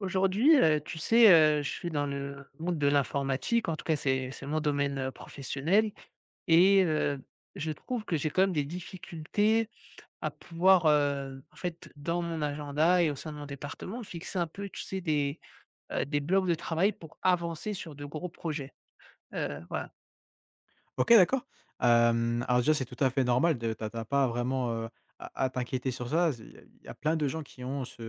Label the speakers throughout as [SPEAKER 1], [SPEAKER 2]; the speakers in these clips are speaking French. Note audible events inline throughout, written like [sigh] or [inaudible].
[SPEAKER 1] Aujourd'hui, tu sais, je suis dans le monde de l'informatique, en tout cas c'est mon domaine, professionnel et je trouve que j'ai quand même des difficultés à pouvoir, en fait, dans mon agenda et au sein de mon département, fixer un peu, tu sais, des blocs de travail pour avancer sur de gros projets. Voilà.
[SPEAKER 2] OK, d'accord. Alors déjà, c'est tout à fait normal de t'as as pas vraiment, à t'inquiéter sur ça. Il y a plein de gens qui ont ce,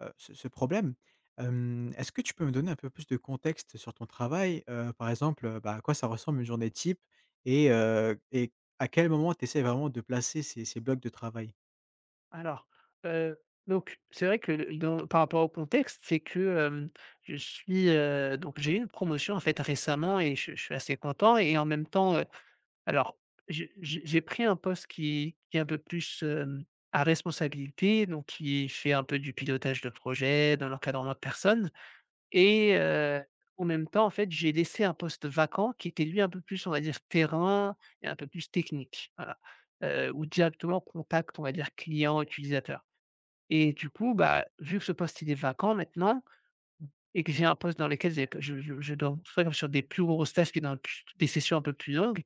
[SPEAKER 2] heu, ce ce problème. Est-ce que tu peux me donner un peu plus de contexte sur ton travail? Par exemple, bah, à quoi ça ressemble une journée type et à quel moment tu essaies vraiment de placer ces blocs de travail?
[SPEAKER 1] Alors, heu, donc c'est vrai que le dans par rapport au contexte, c'est que, hem, je suis, donc j'ai eu une promotion, en fait, récemment et je suis assez content et en même temps, alors, j'ai pris un poste qui est un peu plus, à responsabilité, donc qui fait un peu du pilotage de projet, de l'encadrement de personnes et en même temps, en fait, j'ai laissé un poste vacant qui était lui un peu plus, on va dire, terrain et un peu plus technique, voilà, ou directement contact, on va dire, client, utilisateur. Et du coup, bah, vu que ce poste, il est vacant maintenant et que j'ai un poste dans lequel j'ai je dois faire comme sur des plus grosses tâches que dans des sessions un peu plus longues,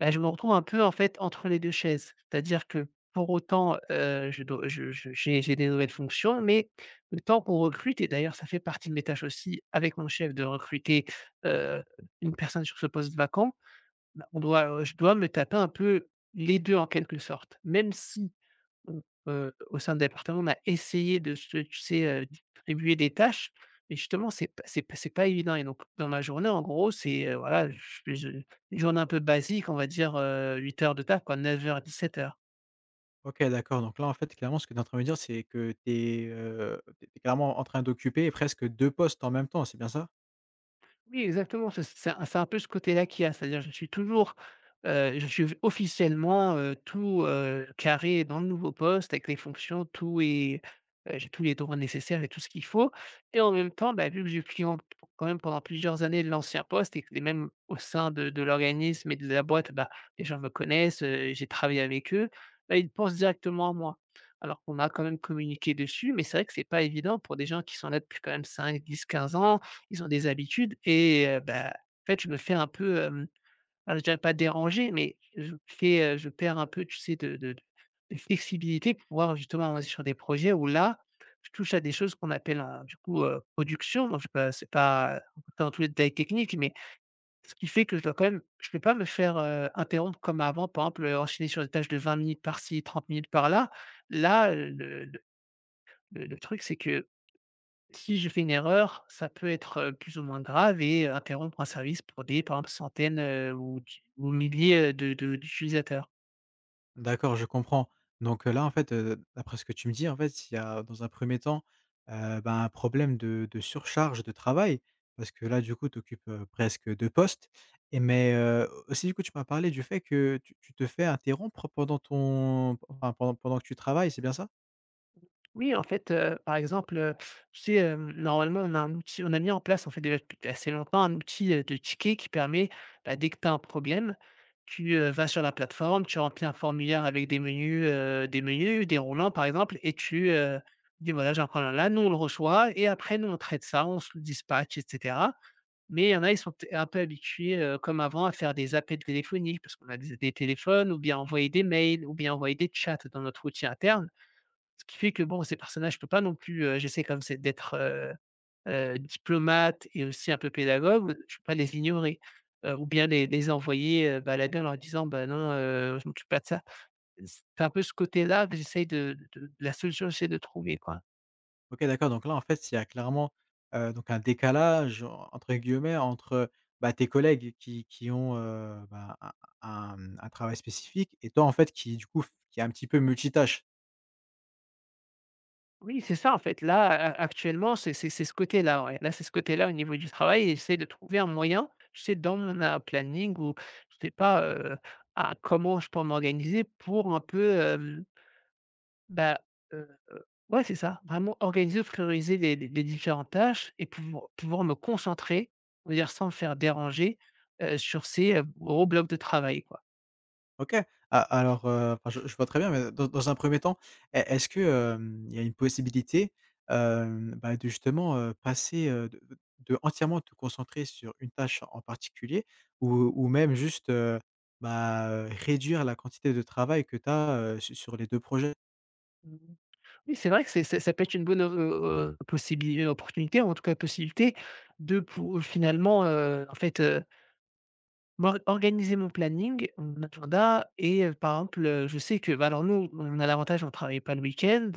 [SPEAKER 1] bah, je me retrouve un peu, en fait, entre les 2 chaises. C'est-à-dire que pour autant, je dois je j'ai des nouvelles fonctions, mais le temps qu'on recrute, et d'ailleurs ça fait partie de mes tâches aussi avec mon chef, de recruter, heu, une personne sur ce poste vacant, bah, on doit, je dois me taper un peu les 2 en quelque sorte. Même si Mmh, au sein de l'appartement, on a essayé de se, tu sais, distribuer des tâches, mais justement, c'est pas évident. Et donc dans ma journée, en gros, c'est, voilà, je fais je une journée un peu basique, on va dire, 8 heures de taf, quoi, 7 heures.
[SPEAKER 2] OK, d'accord, donc là, en fait, clairement, ce que tu es en train de me dire, c'est que tu es clairement en train d'occuper presque deux postes en même temps, c'est bien ça?
[SPEAKER 1] Oui, exactement, c'est un peu ce côté-là qu'il y a, c'est-à-dire je suis toujours, je suis officiellement, tout, carré dans le nouveau poste avec les fonctions, tout est, j'ai tous les droits nécessaires et tout ce qu'il faut. Et en même temps, bah, vu que j'ai pris en quand même pendant plusieurs années l'ancien poste, et que les, même au sein de l'organisme et de la boîte, bah, les gens me connaissent, j'ai travaillé avec eux, bah, ils pensent directement à moi. Alors qu'on a quand même communiqué dessus, mais c'est vrai que c'est pas évident pour des gens qui sont là depuis quand même 5, 10, 15 ans. Ils ont des habitudes et bah, en fait, je me fais un peu, alors je dirais pas déranger, mais je fais, je perds un peu, tu sais, de flexibilité pour pouvoir justement avancer sur des projets où là, je touche à des choses qu'on appelle, un du coup, production. Donc, c'est pas dans tous les détails techniques, mais ce qui fait que je dois quand même, je ne peux pas me faire, interrompre comme avant, par exemple, enchaîner sur des tâches de 20 minutes par-ci, 30 minutes par-là. Là, le truc, c'est que si je fais une erreur, ça peut être, plus ou moins grave et interrompre un service pour des, par exemple, centaines, ou milliers, de d'utilisateurs.
[SPEAKER 2] D'accord, je comprends. Donc, là, en fait, d'après ce que tu me dis, en fait, il y a, dans un premier temps, ben, un problème de surcharge de travail parce que là, du coup, tu occupes presque 2 postes et mais, aussi, du coup, tu m'as parlé du fait que tu te fais interrompre pendant pendant que tu travailles, c'est bien ça?
[SPEAKER 1] Oui, en fait, par exemple, tu sais, normalement, on a un outil, on a mis en place, en fait, déjà depuis assez longtemps, un outil, de ticket qui permet, bah, dès que tu as un problème, tu, vas sur la plateforme, tu remplis un formulaire avec des menus déroulants, par exemple, et tu, dis: «Voilà, j'ai un problème là». Nous, on le reçoit, et après nous, on traite ça, on se le dispatche, et cetera. Mais il y en a, ils sont peut un peu habitués, comme avant, à faire des appels téléphoniques parce qu'on a des téléphones, ou bien envoyer des mails, ou bien envoyer des chats dans notre outil interne. Ce qui fait que bon, ces personnages, je peux pas non plus, j'essaie, comme c'est, d'être, diplomate et aussi un peu pédagogue, je peux pas les ignorer, ou bien les envoyer, balader en leur disant: «Bah non, je m'occupe pas de ça». C'est un peu ce côté-là que j'essaye la solution que j'essaie de trouver, quoi.
[SPEAKER 2] OK, d'accord, donc là, en fait, il y a clairement, donc un «décalage» entre guillemets entre, bah, tes collègues qui ont, bah, un travail spécifique et toi, en fait, qui, du coup, f qui est un petit peu multitâche.
[SPEAKER 1] Oui, c'est ça en fait. Là, a actuellement, c'est ce côté-là, ouais. Là, c'est ce côté-là au niveau du travail, et j'essaie de trouver un moyen, je sais, dans mon, planning, ou je sais pas, à comment je peux m'organiser pour un peu, bah, euh, ouais, c'est ça. Vraiment organiser, prioriser les différentes tâches et pouvoir me concentrer, on va dire sans me faire déranger, sur ces, gros blocs de travail, quoi.
[SPEAKER 2] OK. A Alors, enfin, je vois très bien, mais dans un premier temps, est-ce que, il y a une possibilité, bah, de justement, passer, de entièrement te concentrer sur une tâche en particulier ou même juste, bah, réduire la quantité de travail que tu as sur les 2 projets?
[SPEAKER 1] Mmh. Oui, c'est vrai que c'est ça peut être une bonne, possibili opportunité, en tout cas possibilité de pou finalement, en fait, moi organiser mon planning, mon agenda. Et par exemple, je sais que, bah, alors nous, on a l'avantage, on ne travaille pas le week-end.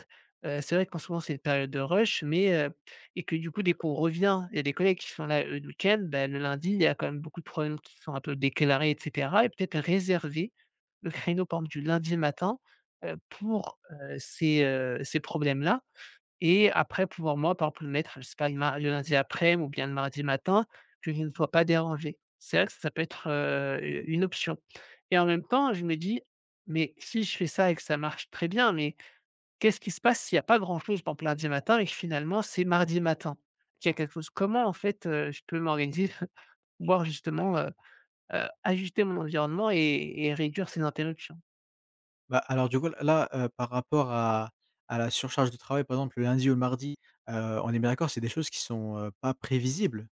[SPEAKER 1] C'est vrai qu'en ce moment, c'est une période de rush, mais et que du coup, dès qu'on revient, il y a des collègues qui sont là, eux, le week-end, bah, le lundi, il y a quand même beaucoup de problèmes qui sont un peu déclarés, et cetera, et peut-être réserver le créneau, par exemple, du lundi matin, pour, ces, ces problèmes-là, et après pouvoir moi, par exemple, le mettre, je sais pas, le lundi après-midi ou bien le mardi matin, que je ne sois pas dérangé. C'est vrai que ça peut être, une option. Et en même temps, je me dis: «Mais si je fais ça et que ça marche très bien, mais qu'est-ce qui se passe s'il n'y a pas grand-chose, par exemple, lundi matin, et que finalement c'est mardi matin? Qu'il y a quelque chose?» Comment en fait, je peux m'organiser, [laughs] voir justement, ajuster mon environnement et réduire ces interruptions?
[SPEAKER 2] Bah, alors du coup là, par rapport à la surcharge de travail, par exemple, le lundi ou le mardi, heu, on est bien d'accord, c'est des choses qui sont, pas prévisibles?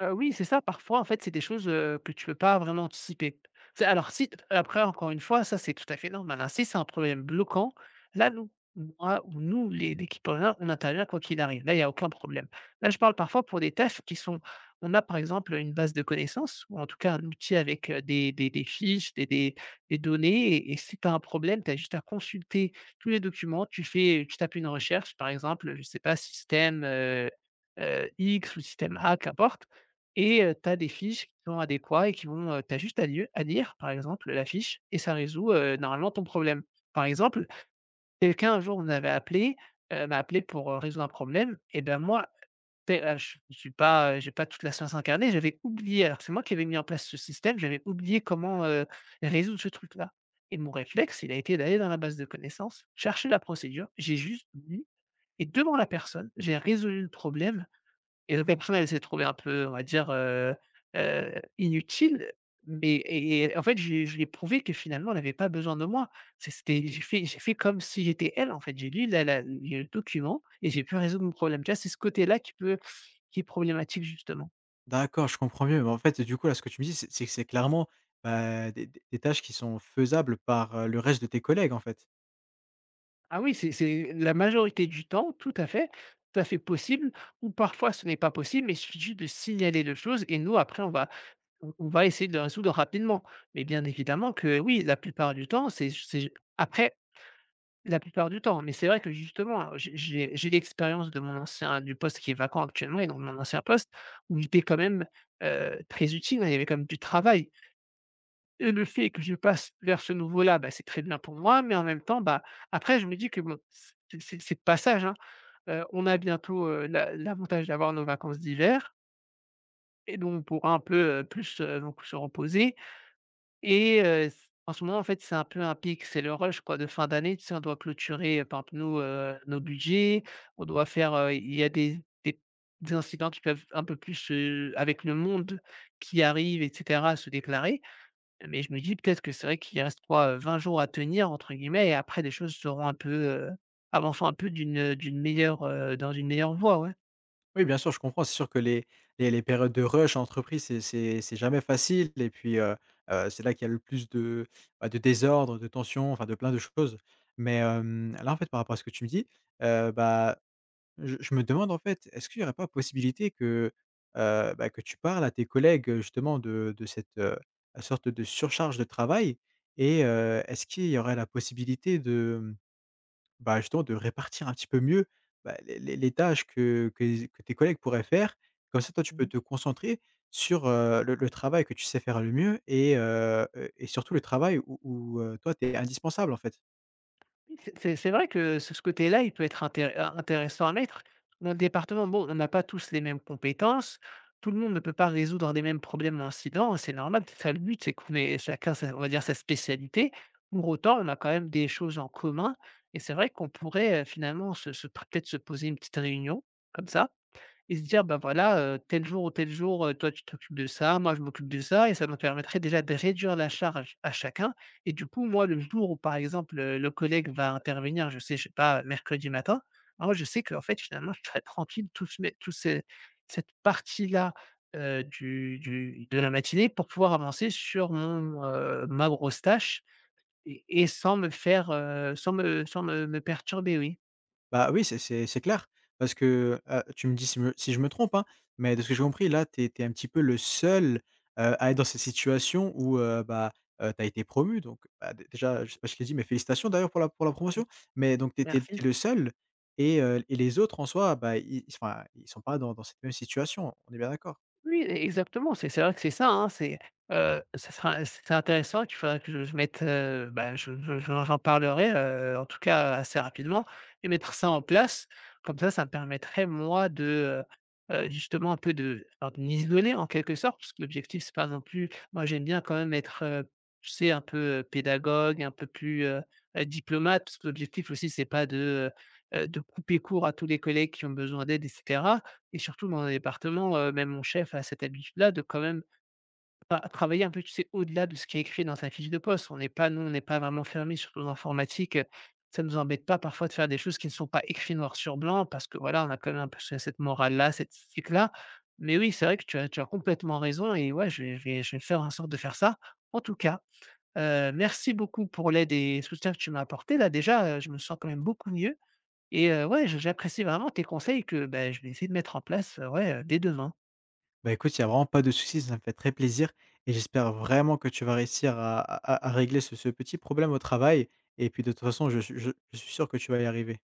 [SPEAKER 1] Oui, c'est ça. Parfois, en fait, c'est des choses, que tu peux pas vraiment anticiper. C'est, alors si, après, encore une fois, ça, c'est tout à fait normal, hein. Si c'est un problème bloquant, là, nous, moi ou nous, les l'équipe Orient, on intervient quoi qu'il arrive. Là, il y a aucun problème. Là, je parle parfois pour des tâches qui sont, on a, par exemple, une base de connaissances ou en tout cas un outil avec, des fiches, des données, et si tu as un problème, tu as juste à consulter tous les documents. Tu tapes une recherche, par exemple, je sais pas, système, X ou système A, qu'importe, et tu as des fiches qui sont adéquates et qui vont, tu as juste à lieu à lire, par exemple, la fiche et ça résout, normalement ton problème. Par exemple, quelqu'un un jour on avait appelé, m'a appelé pour, résoudre un problème, et ben moi, tu sais, je suis pas, j'ai pas toute la science incarnée, j'avais oublié, alors c'est moi qui avais mis en place ce système, j'avais oublié comment, résoudre ce truc-là. Et mon réflexe, il a été d'aller dans la base de connaissances, chercher la procédure, j'ai juste mis et devant la personne, j'ai résolu le problème. Et donc la elle s'est trouvée un peu, on va dire, inutile, mais et en fait, je lui ai prouvé que finalement, elle avait pas besoin de moi. C'est c'était j'ai fait comme si j'étais elle, en fait. J'ai lu la la le document et j'ai pu résoudre mon problème. Tu vois, c'est ce côté-là qui est problématique justement.
[SPEAKER 2] D'accord, je comprends mieux. Mais en fait, du coup, là, ce que tu me dis, c'est que c'est clairement, bah, des tâches qui sont faisables par, le reste de tes collègues, en fait?
[SPEAKER 1] Ah oui, c'est la majorité du temps, tout à fait possible, ou parfois ce n'est pas possible, mais il suffit juste de signaler les choses et nous après on va on va essayer de le résoudre rapidement. Mais bien évidemment que oui, la plupart du temps, c'est après. La plupart du temps, mais c'est vrai que justement, j'ai l'expérience de mon ancien du poste qui est vacant actuellement, et donc mon ancien poste où j'étais quand même, très utile, hein, il y avait quand même du travail, et le fait que je passe vers ce nouveau-là, bah, c'est très bien pour moi, mais en même temps, bah, après je me dis que bon, c'est de passage, hein. On a bientôt, l'avantage d'avoir nos vacances d'hiver, et donc on pourra un peu, plus, donc se reposer. Et c En ce moment, en fait, c'est un peu un pic, c'est le rush, quoi, de fin d'année, tu sais? On doit clôturer, par exemple, nous, nos budgets, on doit faire, il y a des des incidents qui peuvent un peu plus, avec le monde qui arrive et cetera, se déclarer. Mais je me dis peut-être que c'est vrai qu'il reste quoi, 20 jours à tenir entre guillemets, et après les choses seront un peu, avanceront un peu d'une meilleure, dans une meilleure voie, ouais.
[SPEAKER 2] Oui, bien sûr, je comprends. C'est sûr que les périodes de rush en entreprise, c'est jamais facile et puis, c'est là qu'il y a le plus de, bah, de désordre, de tension, enfin, de plein de choses. Mais, là, en fait, par rapport à ce que tu me dis, bah, je me demande en fait, est-ce qu'il n'y aurait pas possibilité que, bah, que tu parles à tes collègues, justement de cette, sorte de surcharge de travail? Et est-ce qu'il y aurait la possibilité de, mmh, bah, justement de répartir un petit peu mieux, bah, les tâches que tes collègues pourraient faire? Comme ça, toi, tu peux
[SPEAKER 1] Mmh.
[SPEAKER 2] te concentrer sur, le travail que tu sais faire le mieux et surtout le travail où, toi, tu es indispensable, en fait.
[SPEAKER 1] Oui, c'est vrai que ce côté-là, il peut être intéressant à mettre. Dans le département, bon, on n'a pas tous les mêmes compétences. Tout le monde ne peut pas résoudre les mêmes problèmes d'incidents, hein, c'est normal, c'est ça le but, c'est qu'on ait chacun sa, on va dire, sa spécialité. Pour autant, on a quand même des choses en commun, et c'est vrai qu'on pourrait, finalement se peut-être se poser une petite réunion comme ça, et se dire: «Bah, voilà, tel jour ou tel jour, toi tu t'occupes de ça, moi je m'occupe de ça», et ça nous permettrait déjà de réduire la charge à chacun. Et du coup, moi, le jour où, par exemple, le collègue va intervenir, je sais pas, mercredi matin, alors je sais qu'en fait, finalement, je serai tranquille toute ce cette partie-là, du de la matinée, pour pouvoir avancer sur mon, ma grosse tâche, et sans me faire, sans me perturber, oui.
[SPEAKER 2] Bah, oui, c'est clair parce que, tu me dis si me si je me trompe, hein, mais de ce que j'ai compris, là, tu es un petit peu le seul, à être dans cette situation où, bah, tu as été promu donc bah, dé déjà, je sais pas si je l'ai dit, mais félicitations d'ailleurs pour la promotion, mais donc tu étais
[SPEAKER 1] Merci.
[SPEAKER 2] le seul et les autres en soi, bah, ils sont pas dans cette même situation, on est bien d'accord?
[SPEAKER 1] Oui, e exactement, c'est vrai que c'est ça, hein, c'est, ça sera c'est intéressant. Il faudra que je mette, bah, je j'en j'en parlerai, en tout cas assez rapidement, et mettre ça en place. Comme ça me permettrait moi de, justement un peu de, alors, de m'isoler en quelque sorte, parce que l'objectif c'est pas non plus, moi j'aime bien quand même être, tu sais, un peu, pédagogue, un peu plus, diplomate, parce que l'objectif aussi c'est pas de, de couper court à tous les collègues qui ont besoin d'aide etc. Et surtout dans un département, même mon chef a cette habitude-là de quand même travailler un peu, tu sais, au-delà de ce qui est écrit dans sa fiche de poste. On n'est pas nous, on n'est pas vraiment fermé, surtout dans l'informatique, ça ne nous embête pas parfois de faire des choses qui ne sont pas écrits noir sur blanc, parce que voilà, on a quand même un peu ce cette morale-là, cette éthique-là. Mais oui, c'est vrai que tu as complètement raison, et ouais, je vais faire en sorte de faire ça. En tout cas, merci beaucoup pour l'aide et soutien que tu m'as apporté là déjà, je me sens quand même beaucoup mieux. Et ouais, je j'apprécie vraiment tes conseils que, bah, je vais essayer de mettre en place, ouais, dès demain.
[SPEAKER 2] Bah, écoute, il y a vraiment pas de souci, ça me fait très plaisir et j'espère vraiment que tu vas réussir à régler ce petit problème au travail et puis de toute façon, je suis sûr que tu vas y arriver.